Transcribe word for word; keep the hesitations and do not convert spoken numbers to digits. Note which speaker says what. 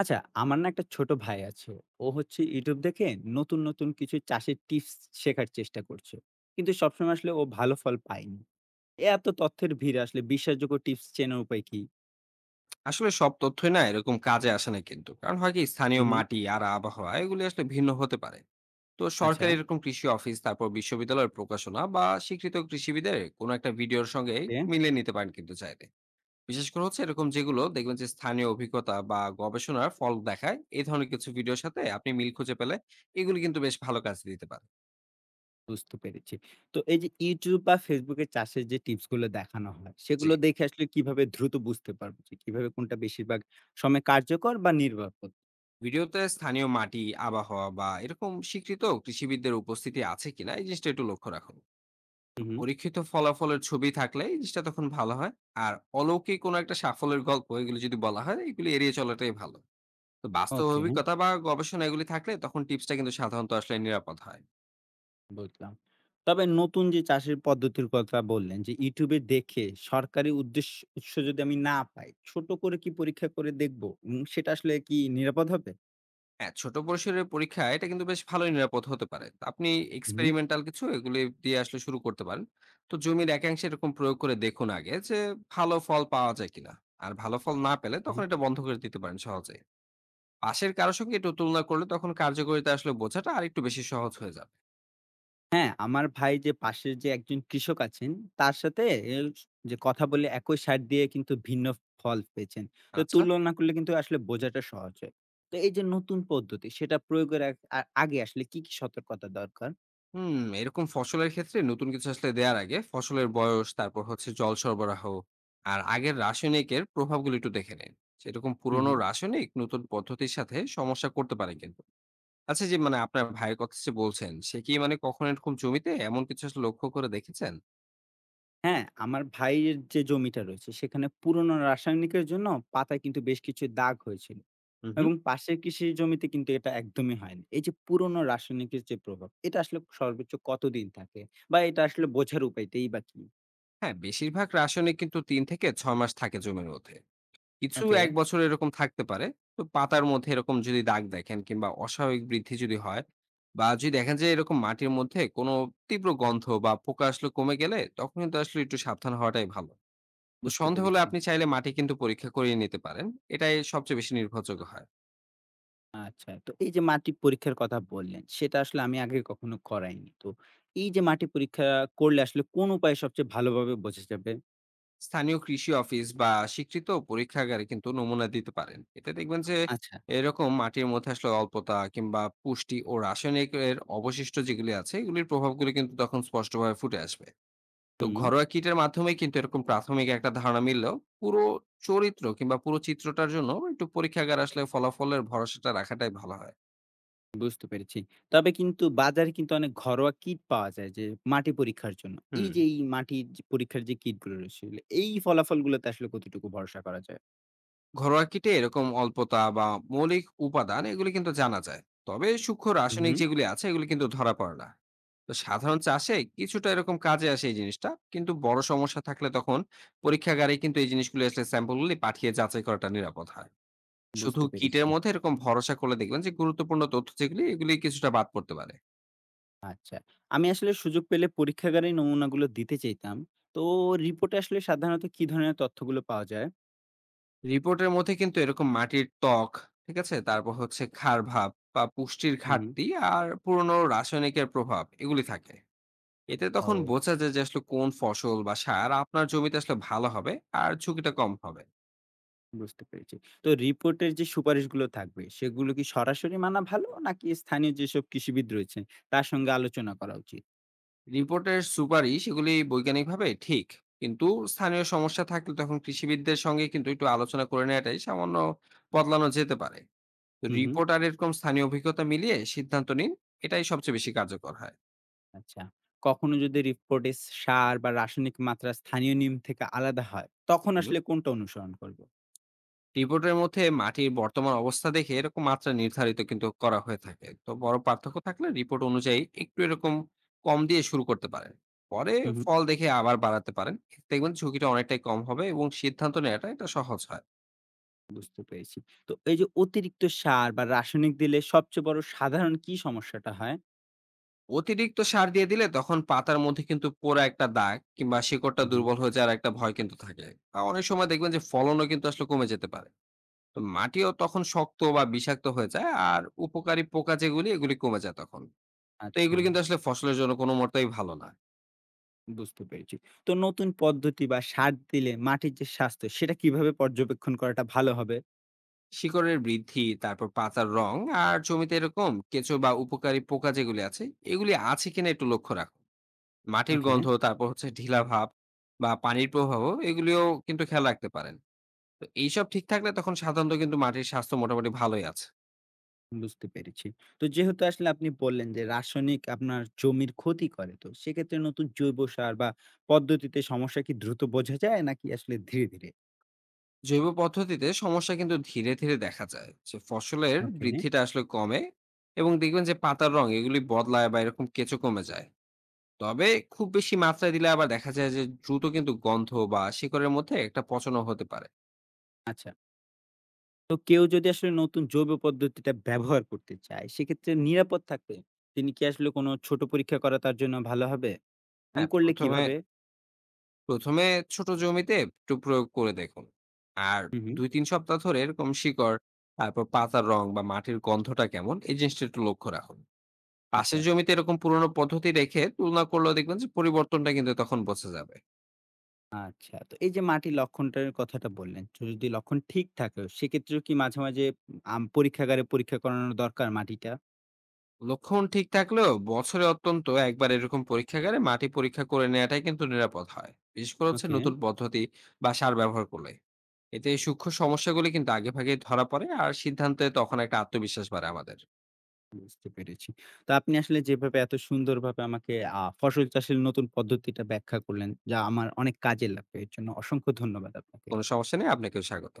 Speaker 1: আচ্ছা, আমার না একটা ছোট ভাই আছে। ও হচ্ছে YouTube দেখে নতুন, নতুন কিছু চাষের টিপস শেখার চেষ্টা করছে। কিন্তু সবসময় আসলে ও ভালো ফল পায়নি। এ এত তথ্যের ভিড়ে আসলে বিশ্বাসযোগ্য টিপস চেনার উপায় কি?
Speaker 2: আসলে সব তথ্যই না এরকম কাজে আসে না কিন্তু কারণ হয় কি স্থানীয়
Speaker 1: হু, হু।
Speaker 2: মাটি আর আবহাওয়া এগুলি আসলে ভিন্ন হতে পারে। তো
Speaker 1: আচ্ছা,
Speaker 2: সরকারি এরকম কৃষি অফিস তারপর বিশ্ববিদ্যালয়ের প্রকাশনা বা স্বীকৃত কৃষিবিদের কোনো একটা ভিডিওর সঙ্গে
Speaker 1: ওকে,
Speaker 2: একটু মিলিয়ে নিতে পারেন কিন্তু চাইলে। বিশেষ করে হচ্ছে এরকম যেগুলো দেখবেন যে স্থানীয় অভিজ্ঞতা বা গবেষণার ফল দেখায় এই ধরনের কিছু ভিডিওর সাথে আপনি মিল খুঁজে পেলে এগুলি কিন্তু বেশ ভালো কাজ দিতে পারে।
Speaker 1: বুঝতে পেরেছি। তো এই যে YouTube বা Facebook এ চাষের যে টিপস গুলো দেখানো হয়,
Speaker 2: জি,
Speaker 1: সেগুলো দেখে আসলে কিভাবে দ্রুত বুঝতে পারবো যে কিভাবে কোনটা বেশিরভাগ সময় কার্যকর বা নির্ভরযোগ্য?
Speaker 2: ভিডিওতে স্থানীয় মাটি আবহাওয়া বা এরকম স্বীকৃত কৃষিবিদদের উপস্থিতি আছে কিনা এই জিনিসটা একটু লক্ষ্য রাখুন।
Speaker 1: হু, হু।
Speaker 2: পরীক্ষিত ফলাফলের ছবি থাকলে এই জিনিসটা তখন ভালো হয়। আর অলৌকিক কোনো একটা সাফল্যের গল্প এগুলো যদি বলা হয়, এগুলো এড়িয়ে চলাটাই ভালো। তো বাস্তব
Speaker 1: ওকে।
Speaker 2: অভিজ্ঞতা বা গবেষণা এগুলি থাকলে তখন টিপসটা কিন্তু সাধারণত আসলে নিরাপদ হয়।
Speaker 1: বুঝলাম। তবে নতুন যে চাষের পদ্ধতির কথা বললেন যে YouTube দেখে সরকারি উদ্দেশ্য উৎস যদি আমি না পাই, ছোট করে কি পরীক্ষা করে দেখব? উম সেটা আসলে কি নিরাপদ হবে?
Speaker 2: হ্যাঁ, ছোট পরিসরের পরীক্ষা এটা কিন্তু বেশ ভালোই নিরাপদ হতে পারে। তো আপনি
Speaker 1: হুম,
Speaker 2: এক্সপেরিমেন্টাল কিছু এগুলি দিয়ে আসলে শুরু করতে পারেন। তো জমির একাংশে এরকম প্রয়োগ করে দেখুন আগে যে ভালো ফল পাওয়া যায় কিনা। আর ভালো ফল না পেলে তখন
Speaker 1: হুম।
Speaker 2: এটা বন্ধ করে দিতে পারেন সহজেই। পাশের কারো সঙ্গে একটু তুলনা করলে তখন কার্যকারিতা আসলে বোঝাটা আরেকটু বেশি সহজ হয়ে যাবে।
Speaker 1: হ্যাঁ, আমার ভাই যে পাশের যে একজন কৃষক আছেন তার সাথে এ যে কথা বলে একই সার দিয়ে কিন্তু ভিন্ন ফল পেয়েছেন। তো
Speaker 2: আচ্ছা।
Speaker 1: তুলনা করলে কিন্তু আসলে বোঝাটা সহজ হয়। তো এই যে নতুন পদ্ধতি সেটা প্রয়োগের আগ আ আগে আসলে কি, কি সতর্কতা দরকার?
Speaker 2: হুম, এরকম ফসলের ক্ষেত্রে নতুন কিছু আসলে দেওয়ার আগে ফসলের বয়স, তারপর হচ্ছে জল সরবরাহ আর আগের রাসায়নিকের প্রভাবগুলো একটু দেখে নিন। সেরকম
Speaker 1: হুম,
Speaker 2: পুরনো
Speaker 1: হুম।
Speaker 2: রাসায়নিক নতুন পদ্ধতির সাথে সমস্যা করতে পারে কিন্তু। আচ্ছা যে মানে আপনার ভাইয়ের কথা যে বলছেন, সে কি মানে কখনো এরকম জমিতে এমন কিছু আসলে লক্ষ্য করে দেখেছেন?
Speaker 1: হ্যাঁ, আমার ভাইয়ের যে জমিটা রয়েছে সেখানে পুরনো রাসায়নিকের জন্য পাতায় কিন্তু বেশ কিছু দাগ হয়েছিল
Speaker 2: হুম, হুম।
Speaker 1: এবং পাশের কৃষির জমিতে কিন্তু এটা একদমই হয়নি। এই যে পুরনো রাসায়নিকের যে প্রভাব এটা আসলে সর্বোচ্চ কতদিন থাকে বা এটা আসলে বোঝার উপায়টাই বা কি?
Speaker 2: হ্যাঁ, বেশিরভাগ রাসায়নিক কিন্তু তিন থেকে ছয় মাস থাকে জমির মধ্যে। কিছু
Speaker 1: ওকে।
Speaker 2: এক বছর এরকম থাকতে পারে। তো পাতার মধ্যে এরকম যদি দাগ দেখেন কিংবা অস্বাভাবিক বৃদ্ধি যদি হয় বা যদি দেখেন যে এরকম মাটির মধ্যে কোনো তীব্র গন্ধ বা পোকা আসলে কমে গেলে তখন কিন্তু আসলে একটু সাবধান হওয়াটাই ভালো। তো
Speaker 1: বুঝতে
Speaker 2: সন্দেহ হলে
Speaker 1: পেরেছি।
Speaker 2: আপনি চাইলে মাটি কিন্তু পরীক্ষা করিয়ে নিতে পারেন। এটাই সবচেয়ে বেশি নির্ভরযোগ্য হয়।
Speaker 1: আচ্ছা, তো এই যে মাটি পরীক্ষার কথা বললেন সেটা আসলে আমি আগে কখনো করাইনি। তো এই যে মাটি পরীক্ষা করলে আসলে কোন উপায়ে সবচেয়ে ভালোভাবে বোঝা যাবে?
Speaker 2: স্থানীয় কৃষি অফিস বা স্বীকৃত পরীক্ষাগারে কিন্তু নমুনা দিতে পারেন। এতে দেখবেন যে
Speaker 1: আচ্ছা।
Speaker 2: এরকম মাটির মধ্যে আসলে অল্পতা কিংবা পুষ্টি ও রাসায়নিকের অবশিষ্ট যেগুলি আছে এগুলির প্রভাবগুলো কিন্তু তখন স্পষ্টভাবে ফুটে আসবে। তো
Speaker 1: হুম।
Speaker 2: ঘরোয়া কিটের মাধ্যমে কিন্তু এরকম প্রাথমিক একটা ধারণা মিললেও পুরো চরিত্র কিংবা পুরো চিত্রটার জন্য একটু পরীক্ষাগার আসলে ফলাফলের ভরসাটা রাখাটাই ভালো হয়।
Speaker 1: বুঝতে পেরেছি। তবে কিন্তু বাজারে কিন্তু অনেক ঘরোয়া কিট পাওয়া যায় যে মাটি পরীক্ষার জন্য। এই
Speaker 2: হুম।
Speaker 1: যে এই মাটির যে পরীক্ষার যে কিটগুলো রয়েছে, এই ফলাফলগুলোতে আসলে কতটুকু ভরসা করা যায়?
Speaker 2: ঘরোয়া কিটে এরকম অল্পতা বা মৌলিক উপাদান এগুলি কিন্তু জানা যায়, তবে সূক্ষ্ম রাসায়নিক
Speaker 1: হুম,
Speaker 2: যেগুলি আছে এগুলি কিন্তু ধরা পড়ে না। তো সাধারণ চাষে কিছুটা এরকম কাজে আসে এই জিনিসটা, কিন্তু বড় সমস্যা থাকলে তখন পরীক্ষাগারে কিন্তু এই জিনিসগুলি আসলে স্যাম্পলগুলি পাঠিয়ে যাচাই করাটা নিরাপদ হয়। শুধু
Speaker 1: বুঝতে পেরেছি।
Speaker 2: কিটের মধ্যে এরকম ভরসা করলে দেখবেন যে গুরুত্বপূর্ণ তথ্য যেগুলি এগুলি কিছুটা বাদ পড়তে পারে।
Speaker 1: আচ্ছা। আমি আসলে সুযোগ পেলে পরীক্ষাগারে নমুনাগুলো দিতে চাইতাম। তো রিপোর্টে আসলে সাধারণত কি ধরনের তথ্যগুলো পাওয়া যায়?
Speaker 2: রিপোর্টের মধ্যে কিন্তু এরকম মাটির ত্বক ঠিক আছে, তারপর হচ্ছে ক্ষার ভাব বা পুষ্টির
Speaker 1: হুম।
Speaker 2: ঘাটতি, আর পুরনো রাসায়নিকের প্রভাব এগুলি থাকে। এতে তখন
Speaker 1: ও,
Speaker 2: বোঝা যায় যে আসলে কোন ফসল বা সার আপনার জমিতে আসলে ভালো হবে আর ঝুঁকিটা কম হবে।
Speaker 1: বুঝতে পেরেছি। তো রিপোর্টের যে সুপারিশগুলো থাকবে, সেগুলো কি সরাসরি মানা ভালো নাকি স্থানীয় যেসব কৃষিবিদ রয়েছেন, তার সঙ্গে আলোচনা করা উচিত?
Speaker 2: রিপোর্টের সুপারিশ এগুলি বৈজ্ঞানিকভাবে ঠিক, কিন্তু স্থানীয় সমস্যা থাকলে তখন কৃষিবিদদের সঙ্গে কিন্তু একটু আলোচনা করে নেওয়াটাই, সামান্য বদলানো যেতে পারে। তো
Speaker 1: হুম, হুম।
Speaker 2: রিপোর্ট আর এরকম স্থানীয় অভিজ্ঞতা মিলিয়ে সিদ্ধান্ত নিন। এটাই সবচেয়ে বেশি কার্যকর হয়।
Speaker 1: আচ্ছা। কখনো যদি রিপোর্টে সার বা রাসায়নিক মাত্রা স্থানীয় নিয়ম থেকে আলাদা হয়, তখন
Speaker 2: হুম
Speaker 1: আসলে কোনটা অনুসরণ করব?
Speaker 2: রিপোর্টের মধ্যে মাটির বর্তমান অবস্থা দেখে এরকম মাত্রা নির্ধারিত কিন্তু করা হয়ে থাকে। তো বড় পার্থক্য থাকলে রিপোর্ট অনুযায়ী একটু এরকম কম দিয়ে শুরু করতে পারেন। পরে
Speaker 1: হুম, হুম।
Speaker 2: ফল দেখে আবার বাড়াতে পারেন। এতে দেখবেন ঝুঁকিটা অনেকটাই কম হবে এবং সিদ্ধান্ত নেওয়াটা এটা সহজ হয়।
Speaker 1: বুঝতে পেরেছি। তো এই যে অতিরিক্ত সার বা রাসায়নিক দিলে সবচেয়ে বড় সাধারণ কি সমস্যাটা হয়?
Speaker 2: অতিরিক্ত সার দিয়ে দিলে তখন পাতার মধ্যে কিন্তু পোড়া একটা দাগ কিংবা শিকড়টা
Speaker 1: হুম, হুম।
Speaker 2: দুর্বল হয়ে যাওয়ার একটা ভয় কিন্তু থাকে। আর অনেক সময় দেখবেন যে ফলনও কিন্তু আসলে কমে যেতে পারে। তো মাটিও তখন শক্ত বা বিষাক্ত হয়ে যায় আর উপকারী পোকা যেগুলি এগুলি কমে যায় তখন। তো
Speaker 1: আচ্ছা,
Speaker 2: এগুলো কিন্তু আসলে ফসলের জন্য কোনো মতেই ভালো না।
Speaker 1: বুঝতে পেরেছি। তো নতুন পদ্ধতি বা সার দিলে মাটির যে স্বাস্থ্য সেটা কিভাবে পর্যবেক্ষণ করাটা ভালো হবে?
Speaker 2: শিকড়ের বৃদ্ধি, তারপর পাতার রং, আর জমিতে এরকম কেঁচো বা উপকারী পোকা যেগুলি আছে এগুলি আছে কিনা একটু লক্ষ্য রাখুন। মাটির
Speaker 1: ওকে।
Speaker 2: গন্ধ তারপর হচ্ছে ঢিলা ভাব বা পানির প্রভাবও, এগুলিও কিন্তু খেয়াল রাখতে পারেন। তো এইসব ঠিক থাকলে তখন সাধারণত কিন্তু মাটির স্বাস্থ্য মোটামুটি ভালোই আছে।
Speaker 1: বুঝতে পেরেছি। তো যেহেতু আসলে আপনি বললেন যে রাসায়নিক আপনার জমির ক্ষতি করে। তো সেক্ষেত্রে নতুন জৈব সার বা পদ্ধতিতে সমস্যা কি দ্রুত বোঝা যায় নাকি আসলে ধীরে, ধীরে?
Speaker 2: জৈব পদ্ধতিতে সমস্যা কিন্তু ধীরে ধীরে দেখা যায় যে ফসলের
Speaker 1: ওকে।
Speaker 2: বৃদ্ধিটা আসলে কমে, এবং দেখবেন যে পাতার রং এগুলি বদলায় বা এরকম কেঁচো কমে যায়। তবে খুব বেশি মাত্রায় দিলে আবার দেখা যায় যে দ্রুত কিন্তু গন্ধ বা শিকড়ের মধ্যে একটা পচনও হতে পারে।
Speaker 1: আচ্ছা। তো কেউ যদি আসলে নতুন জৈব পদ্ধতিটা ব্যবহার করতে চায়, সেক্ষেত্রে নিরাপদ থাকতে তিনি কি আসলে কোনো ছোট পরীক্ষা করা তার জন্য ভালো হবে? এবং
Speaker 2: হ্যাঁ,
Speaker 1: করলে
Speaker 2: প্রথমে
Speaker 1: কিভাবে?
Speaker 2: প্রথমে ছোট জমিতে একটু প্রয়োগ করে দেখুন। আর
Speaker 1: হু, হু।
Speaker 2: দুই তিন সপ্তাহ ধরে এরকম শিকড়, তারপর পাতার রং বা মাটির গন্ধটা কেমন এই জিনিসটা একটু লক্ষ্য রাখুন।
Speaker 1: আচ্ছা,
Speaker 2: পাশের জমিতে এরকম পুরোনো পদ্ধতি রেখে তুলনা করলেও দেখবেন যে পরিবর্তনটা কিন্তু তখন বোঝা যাবে।
Speaker 1: আচ্ছা। তো এই যে মাটির লক্ষণটার কথাটা বললেন, তো যদি লক্ষণ ঠিক থাকে সেক্ষেত্রেও কি মাঝে, মাঝে আম পরীক্ষাগারে পরীক্ষা করানো দরকার মাটিটা?
Speaker 2: লক্ষণ ঠিক থাকলেও বছরে অত্যন্ত একবার এরকম পরীক্ষাগারে মাটি পরীক্ষা করে নেওয়াটাই কিন্তু নিরাপদ হয়, বিশেষ করে হচ্ছে
Speaker 1: ওকে।
Speaker 2: নতুন পদ্ধতি বা সার ব্যবহার করলে। এতে সূক্ষ্ম সমস্যাগুলি কিন্তু আগেভাগেই ধরা পড়ে আর সিদ্ধান্তে তখন একটা আত্মবিশ্বাস বাড়ে আমাদের।
Speaker 1: বুঝতে পেরেছি। তো আপনি আসলে যেভাবে এত সুন্দরভাবে আমাকে আ ফসল চাষের নতুন পদ্ধতিটা ব্যাখ্যা করলেন, যা আমার অনেক কাজে লাগবে। এর জন্য অসংখ্য ধন্যবাদ আপনাকে।
Speaker 2: কোনো সমস্যা নেই, আপনাকেও স্বাগত।